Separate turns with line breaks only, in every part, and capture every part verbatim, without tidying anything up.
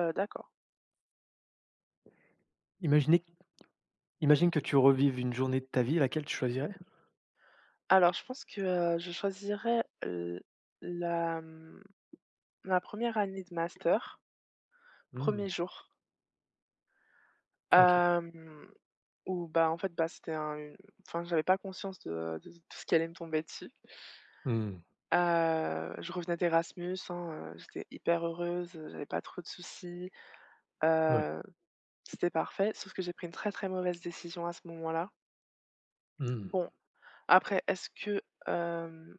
Heu, d'accord.
Imaginez Imagine que tu revives une journée de ta vie, laquelle tu choisirais?
Alors je pense que, heu, je choisirais l la, mmh, ma première année de master, premier
Mmh,
jour,
OK.
hem, où bah, en fait, bah, c'était un une enfin j'avais pas conscience de de tout ce qui allait me tomber dessus.
Mmh,
Heu, je revenais d'Erasmus, hein, heu, j'étais hyper heureuse, heu, j'avais pas trop de soucis,
ouais.
heu, c'était parfait, sauf que j'ai pris une très, très mauvaise décision à ce moment-là.
Mmh.
Bon, après est-ce que, hem,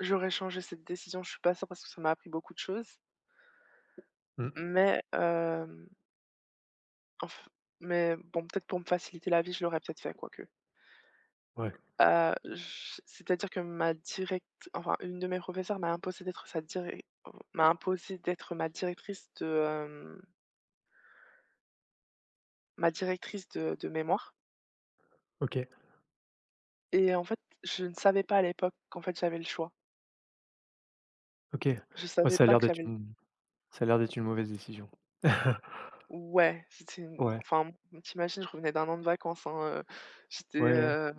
j'aurais changé cette décision? Je suis pas sûre parce que ça m'a appris beaucoup de choses.
Mmh.
Mais hem, enf mais bon, peut-être pour me faciliter la vie, je l'aurais peut-être fait quoique.
Ouais.
Heu, j C'est-à-dire que ma direct enfin, une de mes professeurs m'a imposé d'être sa diré m'a imposé d'être ma directrice de, hem, ma directrice de de mémoire
OK,
et en fait, je ne savais pas à l'époque qu'en fait, j'avais le choix.
OK.
Je
Ouais,
savais
ça a
pas
l'air
que
d'être
j'avais le...
une ça a l'air d'être une mauvaise décision.
Ouais, c'était une...
Ouais,
Enfin, t'imagines, je revenais d'un an de vacances, hein, heu, j'étais,
ouais.
heu,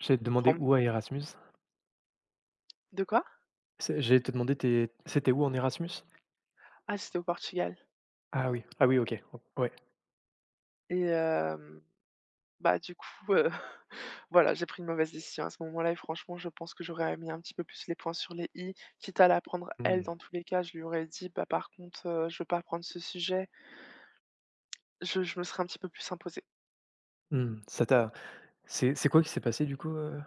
J'allais te demander
from
où à Erasmus?
de quoi?
C'est j'allais te demander tes C'était où en Erasmus?
Ah, j'étais au Portugal
Ah oui, ah oui, OK. Ouais.
et hem, bah, du coup, euh, voilà, j'ai pris une mauvaise décision à ce moment-là et franchement, je pense que j'aurais mis un petit peu plus les points sur les i, quitte à la prendre elle
Mmh.
dans tous les cas, je lui aurais dit: «Bah, par contre, heu, je veux pas prendre ce sujet». Je je me serais un petit peu plus imposée.
Mmh. Ça t'a c'est c'est quoi qui s'est passé du coup, heu?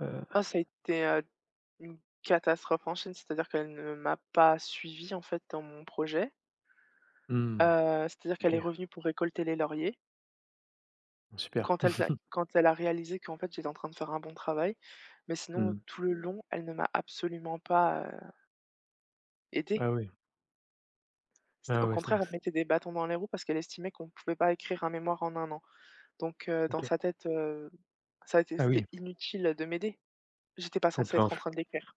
Heu,
Oh, ça a été, heu, une catastrophe en chaîne, c'est-à-dire qu'elle ne m'a pas suivie, en fait, dans mon projet.
mmh,
Heu, c'est-à-dire qu'elle
OK,
est revenue pour récolter les lauriers
super.
quand elle a quand elle a réalisé qu'en fait, j'étais en train de faire un bon travail, mais sinon
Mmh.
tout le long, elle ne m'a absolument pas, heu, aidée.
Ah oui,
C't au
ah ouais, s
contraire, elle mettait des bâtons dans les roues parce qu'elle estimait qu'on ne pouvait pas écrire un mémoire en un an. Donc heu, dans
OK.
sa tête, heu, ça était
Ah
c'était
oui,
inutile de m'aider. J'étais pas
ça
censée
t'a
être en
influ
train de l'écrire.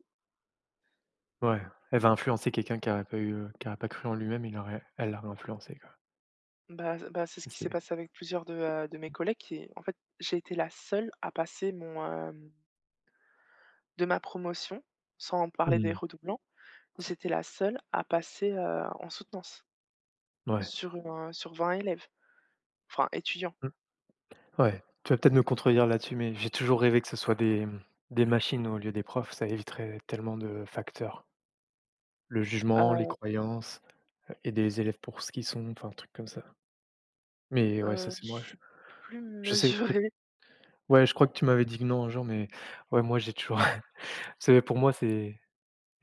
Ouais, elle va influencer quelqu'un qui n'aurait pas eu, heu, qui aurait pas cru en lui-même, il aurait elle l'aurait influencé, quoi.
Bah bah, c'est ce qui s'est
C'est
passé avec plusieurs de, heu, de mes collègues qui en fait, j'ai été la seule à passer mon, hem de ma promotion, sans parler des
Mmh,
redoublants, j'étais la seule à passer, heu, en soutenance
ouais,
sur, heu, sur vingt élèves, enfin étudiants.
mmh, ouais. Tu vas peut-être me contredire là-dessus, mais j'ai toujours rêvé que ce soit des, mmh, des machines au lieu des profs, ça éviterait tellement de facteurs. Le jugement, les
Heu
croyances, heu et des élèves pour ce qu'ils sont, enfin, un truc comme ça. Mais ouais, ça,
je
c'est moi, je
suis plus
je sais peut-être
mesurée.
ouais, je crois que tu m'avais dit que non un jour, mais ouais, moi, j'ai toujours c'est pour moi, c'est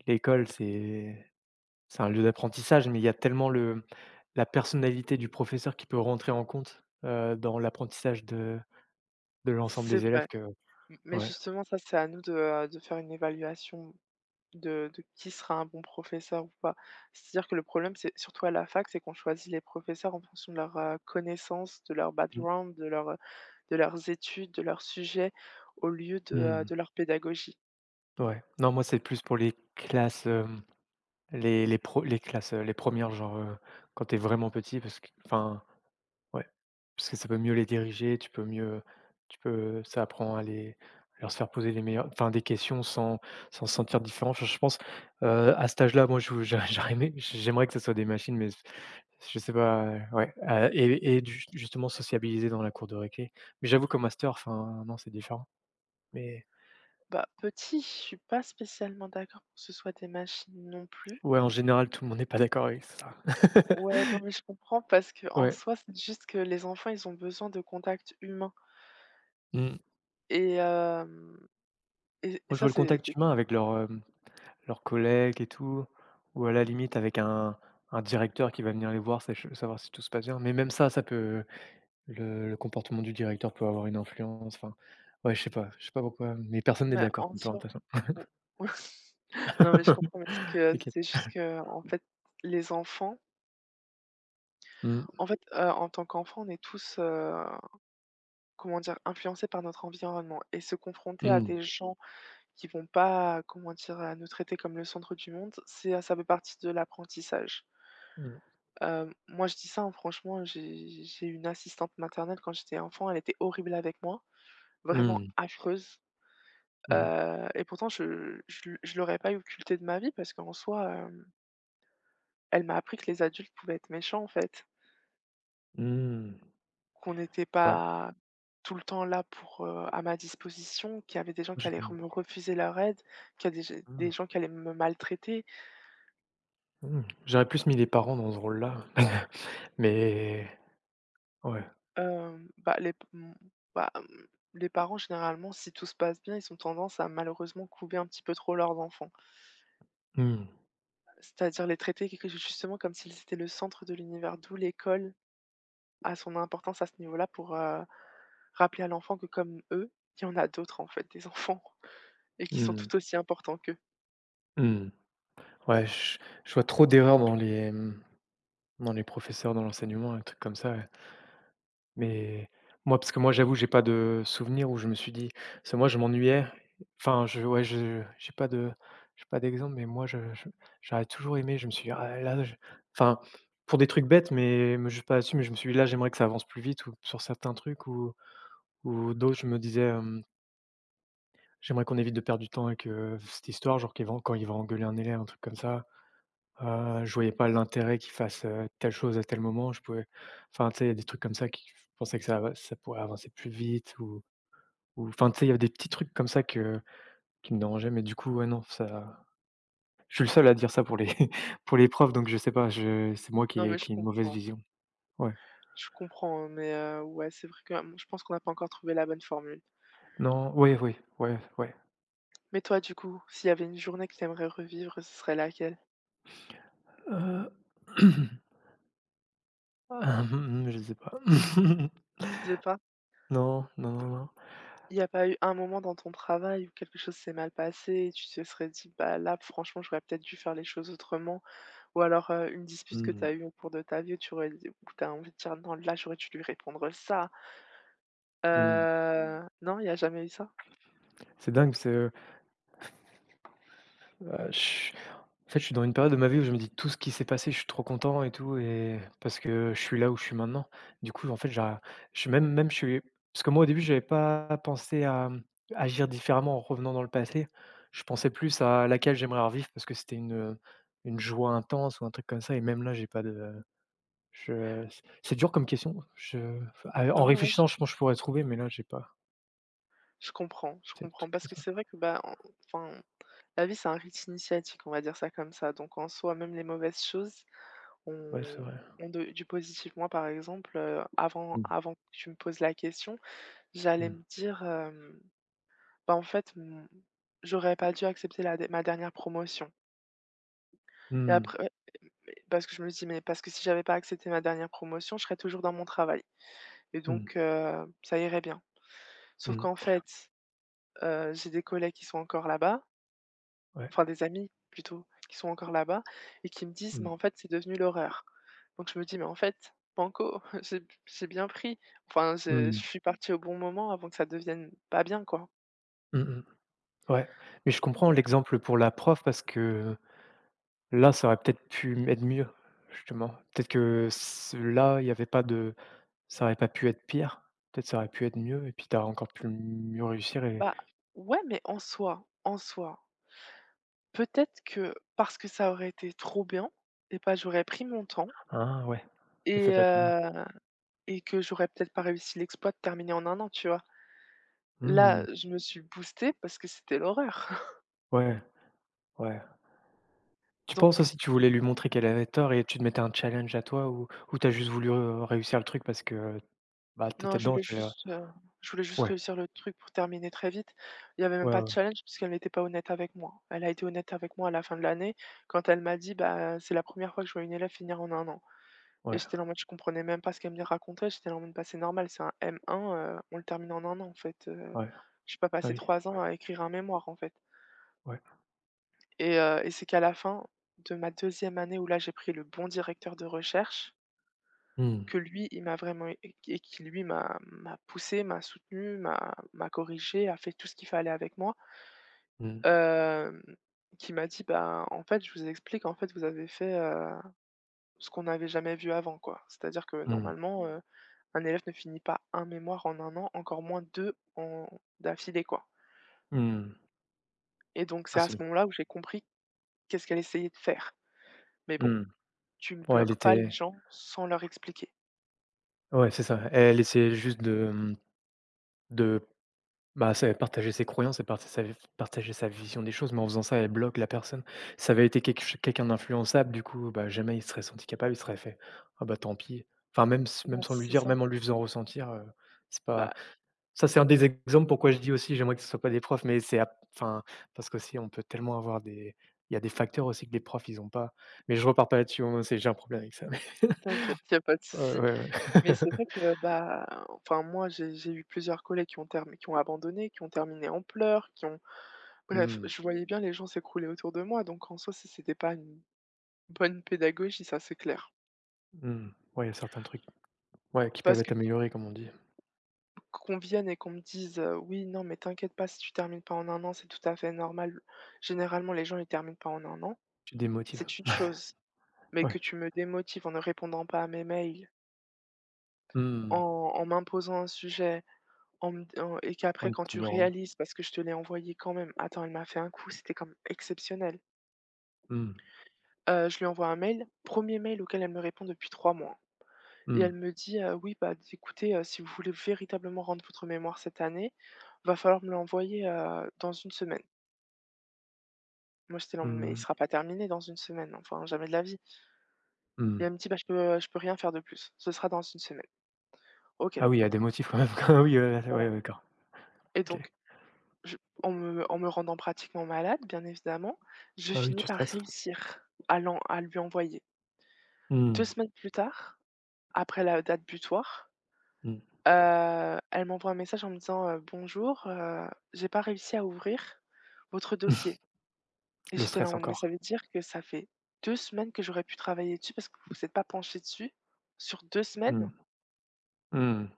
l'école, c'est c'est un lieu d'apprentissage, mais il y a tellement le la personnalité du professeur qui peut rentrer en compte, heu, dans l'apprentissage de de l'ensemble
C'est
des élèves
vrai.
que
M mais
ouais.
justement, ça, c'est à nous de, heu, de faire une évaluation de de qui sera un bon professeur ou pas. C'est-à-dire que le problème, c'est surtout à la fac, c'est qu'on choisit les professeurs en fonction de leurs, heu, connaissances, de leur background, de leur, heu, de leurs études, de leurs sujets, au lieu de,
Mmh
heu,
mh.
de leur pédagogie.
Ouais. Non, moi, c'est plus pour les classes, hem, les les pro les classes, heu, les premières genre, heu, quand tu es vraiment petit parce que enfin, ouais, parce que ça peut mieux les diriger, tu peux mieux tu peux ça apprend à les à leur se faire poser les meilleures enfin des questions sans sans se sentir différent. Enfin, je pense, heu, à cet âge-là, moi, je j'aurais j'aurais aimé j'aimerais que ce soit des machines, mais je sais pas, heu, ouais, heu et et du justement sociabiliser dans la cour de récré. Mais j'avoue qu'au master, enfin, non, c'est différent. Mais
Bah, petit, je suis pas spécialement d'accord pour que ce soit des machines non plus.
ouais, en général, tout le monde n'est pas d'accord avec ça.
Ouais, non, mais je comprends parce que en
Ouais,
soi, c'est juste que les enfants, ils ont besoin de contact humain
mmh.
et hem et et
Moi, je
ça,
vois le
c'est
contact
c'est
humain avec leurs, hem, leurs collègues et tout, ou à la limite avec un un directeur qui va venir les voir, sach savoir si tout se passe bien. Mais même ça, ça peut le le comportement du directeur peut avoir une influence, enfin, ouais, je sais pas, je sais pas pourquoi, mais personne n'est
bah,
d'accord,
en
de toute
soi...
façon.
Mmh. Non, mais je comprends, mais c'est que
T'inquiète.
c'est juste que en fait, les enfants
Mmh.
en fait, heu, en tant qu'enfant, on est tous, heu, comment dire? Influencés par notre environnement et se confronter à
Mmh.
des gens qui vont pas, euh, comment dire? Heu, nous traiter comme le centre du monde, c'est ça fait partie de l'apprentissage.
Mmh.
Hem, moi, je dis ça, hein, franchement, j'ai j'ai une assistante maternelle quand j'étais enfant, elle était horrible avec moi, vraiment
Mmh.
affreuse,
Mmh mh.
heu et pourtant je je je l'aurais pas occulté de ma vie parce qu'en soi, euh, elle m'a appris que les adultes pouvaient être méchants en fait,
Mmh.
qu'on n'était
Ouais,
pas tout le temps là pour, heu, à ma disposition, qu'il y avait des gens qui
je
allaient re me refuser leur aide, qu'il y a des g des
mmh,
gens qui allaient me maltraiter.
mmh. J'aurais plus mis les parents dans ce rôle-là. Mais ouais.
Hem, bah, les p mmh, bah, mmh, les parents généralement, si tout se passe bien, ils ont tendance à malheureusement couver un petit peu trop leurs enfants.
Mmh.
C'est-à-dire les traiter quelque chose justement comme s'ils étaient le centre de l'univers, d'où l'école a son importance à ce niveau-là pour, heu, rappeler à l'enfant que comme eux, il y en a d'autres en fait des enfants. Et qui sont
Mmh.
tout aussi importants qu'eux.
Mmh. Ouais, je je vois trop d'erreurs dans les, mmh, dans les professeurs, dans l'enseignement, un truc comme ça, ouais. Mais moi parce que moi, j'avoue, j'ai pas de souvenir où je me suis dit parce que moi, je m'ennuyais. Enfin, je ouais, je j'ai pas de j'ai pas d'exemple, mais moi, je je j'aurais toujours aimé, je me suis dit: «Ah là, je» enfin, pour des trucs bêtes, mais me juge pas là-dessus, mais je me suis dit: «Là, j'aimerais que ça avance plus vite» ou sur certains trucs ou Ou d'autres, je me disais, hem: «J'aimerais qu'on évite de perdre du temps avec, heu, cette histoire», genre qu'il va quand il va engueuler un élève, un truc comme ça. Heu, je voyais pas l'intérêt qu'il fasse, heu, telle chose à tel moment. Je pouvais Enfin, tu sais, il y a des trucs comme ça qui je pensais que ça va ça pourrait avancer plus vite ou ou enfin, tu sais, il y avait des petits trucs comme ça que qui me dérangeaient, mais du coup, ouais, non, ça je suis le seul à dire ça pour les pour les profs, donc je sais pas, je c'est moi qui
Non, mais
ai
je
qui ai une mauvaise
comprends,
vision. Ouais.
je comprends, hein, mais heu, ouais, c'est vrai que, hem, je pense qu'on n'a pas encore trouvé la bonne formule.
Non, ouais, oui, ouais, ouais.
Mais toi, du coup, s'il y avait une journée que tu aimerais revivre, ce serait laquelle?
Heu, je sais pas.
Tu sais pas,
Non, non, non, non.
il n'y a pas eu un moment dans ton travail où quelque chose s'est mal passé et tu te serais dit: «Bah, là, franchement, j'aurais peut-être dû faire les choses autrement» ou alors, heu, une dispute que tu as
Mmh.
eue au cours de ta vie où tu aurais dit où tu as envie de dire: «Non, là, j'aurais dû lui répondre ça».
Mmh.
Mmh. Non, il n'y a jamais eu ça?
C'est dingue, c'est, heu, bah, je en fait, je suis dans une période de ma vie où je me dis: «Tout ce qui s'est passé, je suis trop content et tout» et parce que je suis là où je suis maintenant. Du coup, en fait, j'a je suis même même je suis parce que moi, au début, j'avais pas pensé à, mmh, agir différemment en revenant dans le passé. Je pensais plus à laquelle j'aimerais revivre parce que c'était une, heu, une joie intense ou un truc comme ça et même là, j'ai pas de je c'est c'est dur comme question. Je Enfin, à en
Non, ouais, je
réfléchissant, je pense je pourrais trouver, mais là, j'ai pas.
je comprends, je
C'est des
comprends
trucs
parce
comme
que
ça.
c'est vrai que, bah, en enfin, la vie, c'est un rite initiatique, on va dire ça comme ça. Donc en soi, même les mauvaises choses
Ouais, c'est
ont
vrai.
ont de du positif. Moi, par exemple, heu, avant
Mmh.
avant que tu me poses la question, j'allais
Mmh.
me dire, hem: «Bah, en fait, mmh, j'aurais pas dû accepter la dé ma dernière promotion» et
Mmh.
après parce que je me dis: «Mais parce que si j'avais pas accepté ma dernière promotion, je serais toujours dans mon travail». Et
Mmh.
donc heu, ça irait bien. Sauf qu'en
Mmh.
fait, heu, j'ai des collègues qui sont encore là-bas,
Ouais.
enfin des amis plutôt, qui sont encore là-bas et qui me disent: «Mais en
Mmh.
fait, c'est devenu l'horreur». Donc je me dis: «Mais en fait, banco, j'ai b j'ai bien pris. Enfin, je je
Mmh.
suis partie au bon moment avant que ça devienne pas bien, quoi».
Mmh mh. Ouais. Mais je comprends l'exemple pour la prof parce que là, ça aurait peut-être pu m être mieux, justement. Peut-être que s là, il y avait pas de ça aurait pas pu être pire. Peut-être ça aurait pu être mieux et puis tu as encore pu mieux réussir et
Bah, ouais, mais en soi en soi, peut-être que parce que ça aurait été trop bien et bah, j'aurais pris mon temps
ah ouais, l'effet
et
papillon.
heu et que j'aurais peut-être pas réussi l'exploit de terminer en un an, tu vois? Là,
Mmh.
je me suis boostée parce que c'était l'horreur.
Ouais, ouais. Tu penses
Donc
aussi que tu voulais lui montrer qu'elle avait tort et tu te mettais un challenge à toi ou ou tu as juste voulu, heu, réussir le truc parce que, bah, tu
non,
étais
je
dedans,
voulais
il fallait ouais.
juste, heu, je voulais juste réussir le truc pour terminer très vite. Il y avait même
Ouais,
pas de
ouais,
challenge puisqu'elle n'était pas honnête avec moi. Elle a été honnête avec moi à la fin de l'année quand elle m'a dit: «Bah, c'est la première fois que je vois une élève finir en un an» et
ouais,
j'étais là en mode je comprenais même pas ce qu'elle me racontait. J'étais là en mode: «Bah, c'est normal, c'est un M un, heu, on le termine en un an en fait, heu,
ouais.
je suis pas
Ah
passer
oui,
trois ans
ouais,
à écrire un mémoire en fait»
ouais.
et heu et c'est qu'à la fin de ma deuxième année où là, j'ai pris le bon directeur de recherche.
Mmh.
Que lui, il m'a vraiment... é Et qui lui m'a m'a poussée, m'a soutenu, m'a m'a corrigée, a fait tout ce qu'il fallait avec moi.
Mmh.
Hem, qui m'a dit: «Bah, en fait, je vous explique, en fait, vous avez fait, heu, ce qu'on n'avait jamais vu avant, quoi». C'est-à-dire que
Mmh.
normalement, Mmh. un élève ne finit pas un mémoire en un an, encore moins deux en d'affilée, quoi.
Mmh.
Et donc
Ah,
c'est à
c'est
ce
bien.
moment-là où j'ai compris qu'est-ce qu'elle essayait de faire. Mais bon,
Mmh.
tu ne
Ouais, elle
bloques pas les
était
gens sans leur expliquer.
ouais, c'est ça. Elle essayait juste de, mmh, de bah, c'est partager ses croyances et parta sa v partager sa vision des choses, mais en faisant ça, elle bloque la personne. Ça avait été quelque ch quelqu'un d'influençable, du coup, bah, jamais il se serait senti capable, il se serait fait: «Ah bah, tant pis». Enfin, même s
Bah,
même sans lui
c'est
dire,
ça.
même en lui faisant ressentir, heu, c'est
Bah,
pas ça, c'est un des exemples pourquoi je dis aussi: «J'aimerais que ce soit pas des profs», mais c'est ap enfin, parce qu'aussi on peut tellement avoir des il y a des facteurs aussi que les profs ils ont pas. Mais je repars pas là-dessus, hein, c'est j'ai un problème avec ça.
t'inquiète, y a pas de
Ouais,
souci.
ouais, ouais.
Mais c'est vrai que, bah, enfin moi j'ai j'ai eu plusieurs collègues qui ont term qui ont abandonné, qui ont terminé en pleurs, qui ont bref,
Mmh.
je voyais bien les gens s'écrouler autour de moi, donc en soi, ça c'était pas une bonne pédagogie, ça c'est clair.
Mmh. Ouais, il y a certains trucs, ouais, qui peuvent
Parce que
être améliorés comme on dit.
qu'on vienne et qu'on me dise: «Heu, oui, non, mais t'inquiète pas, si tu termines pas en un an, c'est tout à fait normal». Généralement, les gens ils terminent pas en un an,
Tu démotives.
c'est une chose, mais que
Ouais.
tu me démotives en ne répondant pas à mes mails,
Mmh.
en en m'imposant un sujet. En me d en Et qu'après
On
quand
est
tu
ignorant.
réalises parce que je te l'ai envoyé quand même attends, elle m'a fait un coup, c'était comme exceptionnel.
Mmh.
Heu, je lui envoie un mail, premier mail auquel elle me répond depuis trois mois et elle
Mmh.
me dit: «Heu, oui, bah, d écoutez, heu, si vous voulez véritablement rendre votre mémoire cette année, va falloir me l'envoyer, heu, dans une semaine». Moi, j'étais là en mode: «Mais
Mmh
il sera
mh.
pas terminé dans une semaine, enfin jamais de la vie» et elle me
Mmh.
dit: «Bah, je peux, je peux rien faire de plus, ce sera dans une semaine». OK,
Ah oui, il y a des motifs quand même. Ah oui, ouais, ouais, ouais,
voilà
d'accord.
et
OK.
donc... Je En me en me rendant pratiquement malade, bien évidemment, je
Ah oui,
finis
tu
par
stresses.
réussir à l'en à lui envoyer. Deux
Mmh.
semaines plus tard, après la date butoir,
Mmh.
heu, elle m'envoie un message en me disant, heu: «Bonjour, heu, j'ai pas réussi à ouvrir votre dossier» et
Le
j'étais là en
stress
mode: «Mais ça
encore.
veut dire que ça fait deux semaines que j'aurais pu travailler dessus parce que vous vous êtes pas penché dessus sur deux semaines?»
Mmh. Mmh.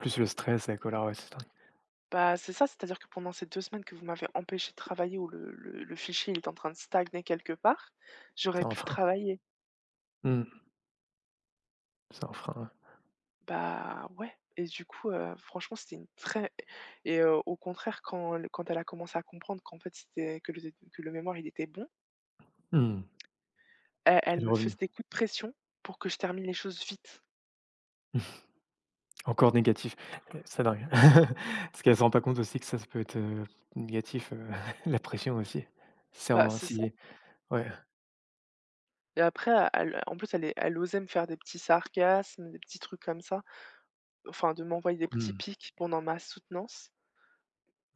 Plus le stress, la colère, ouais, c'est un,
Bah, c'est ça, c'est-à-dire que pendant ces deux semaines que vous m'avez empêché de travailler où le le le fichier il est en train de stagner quelque part, j'aurais
c'est un
pu le
frein.
travailler.
Mmh. C'est un frein,
Bah, ouais et du coup, heu, franchement, c'était une très... et heu, Au contraire, quand l quand elle a commencé à comprendre qu'en fait, c'était que le que le mémoire, il était bon,
ouais. Mmh.
elle elle
Et le
me faisait
revenu.
des coups de pression pour que je termine les choses vite.
Encore négatif, heu, ça n'a rien. Parce qu'elle ne se rend pas compte aussi que ça, ça peut être, heu, négatif, heu, la pression aussi. C'est
Bah,
en
c'est
si
ça
si. Ouais.
et après, elle en plus, elle est elle osait me faire des petits sarcasmes, des petits trucs comme ça, enfin, de m'envoyer des petits
Mmh.
pics pendant ma soutenance.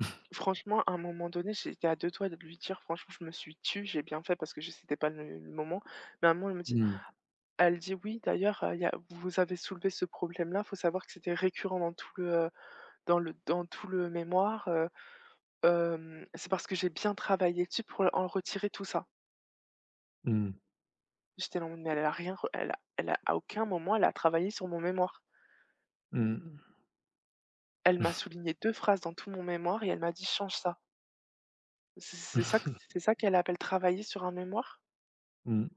Franchement, à un moment donné, j'étais à deux doigts de lui dire: «Franchement, je me suis tue, j'ai bien fait» parce que je c'était pas le le moment. Mais à un moment, elle me dit:
Mmh.
Elle dit: «Oui, d'ailleurs, heu, il y a vous avez soulevé ce problème-là». Il Faut savoir que c'était récurrent dans tout le, heu, dans le dans tout le mémoire, heu, hem, c'est parce que j'ai bien travaillé dessus pour en retirer tout ça.
Mmh.
J'étais là: «Mais elle a rien re elle a elle a à aucun moment elle a travaillé sur mon mémoire».
Mmh.
Elle m'a souligné deux phrases dans tout mon mémoire et elle m'a dit: «Change ça». C'est c'est ça que c'est ça qu'elle appelle travailler sur un mémoire?
Mmh.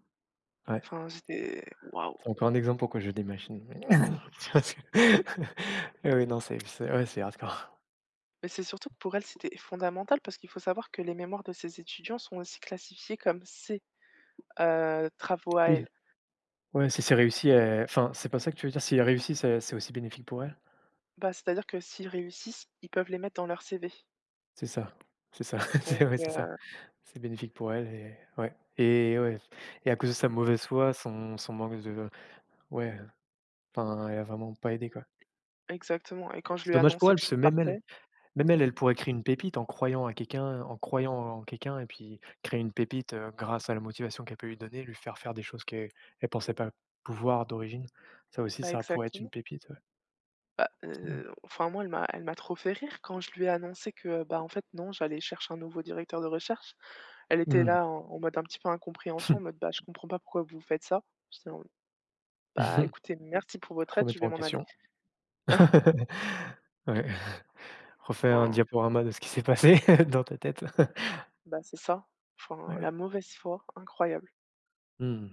Ouais,
Enfin, j'étais waouh!
c'est encore un exemple pourquoi je démachine. Tu vois ce que eh oui, non, c'est c'est ouais, c'est hardcore.
Mais c'est surtout que pour elle, c'était fondamental parce qu'il faut savoir que les mémoires de ses étudiants sont aussi classifiés comme C. Heu, travaux à
Oui,
elle.
ouais, si c'est réussi, heu, enfin, c'est pas ça que tu veux dire? Si elle réussit, c'est c'est aussi bénéfique pour elle?
Bah, c'est-à-dire que s'ils réussissent, ils peuvent les mettre dans leur C V.
C'est ça, c'est ça,
Donc
c'est ouais, c'est ça.
heu
C'est bénéfique pour elle et ouais et ouais et à cause de sa mauvaise foi, son son manque de ouais, enfin, elle a vraiment pas aidé, quoi.
exactement et quand je lui
C'est
ai
dommage pour
annoncé
elle
que
parce
je
que même
partais,
elle même elle, elle pourrait créer une pépite en croyant à quelqu'un en croyant en quelqu'un et puis créer une pépite, heu, grâce à la motivation qu'elle peut lui donner, lui faire faire des choses qu'elle elle pensait pas pouvoir d'origine. Ça aussi,
bah,
ça pourrait être une
exactement.
pépite, ouais.
Bah,
C'est dingue.
heu, enfin moi elle m'a elle m'a trop fait rire quand je lui ai annoncé que, bah, en fait non, j'allais chercher un nouveau directeur de recherche. Elle était
Mmh.
là en en mode un petit peu incompréhension, en mode: «Bah, je comprends pas pourquoi vous faites ça». Je dis: «Bah, écoutez, merci pour votre aide, je
Remettre
vais
en
m'en aller».
question. Ouais. Refaire un
Enfin,
diaporama de ce qui s'est passé dans ta tête.
bah, c'est ça. Enfin,
Ouais.
la mauvaise foi, incroyable.
Mmh.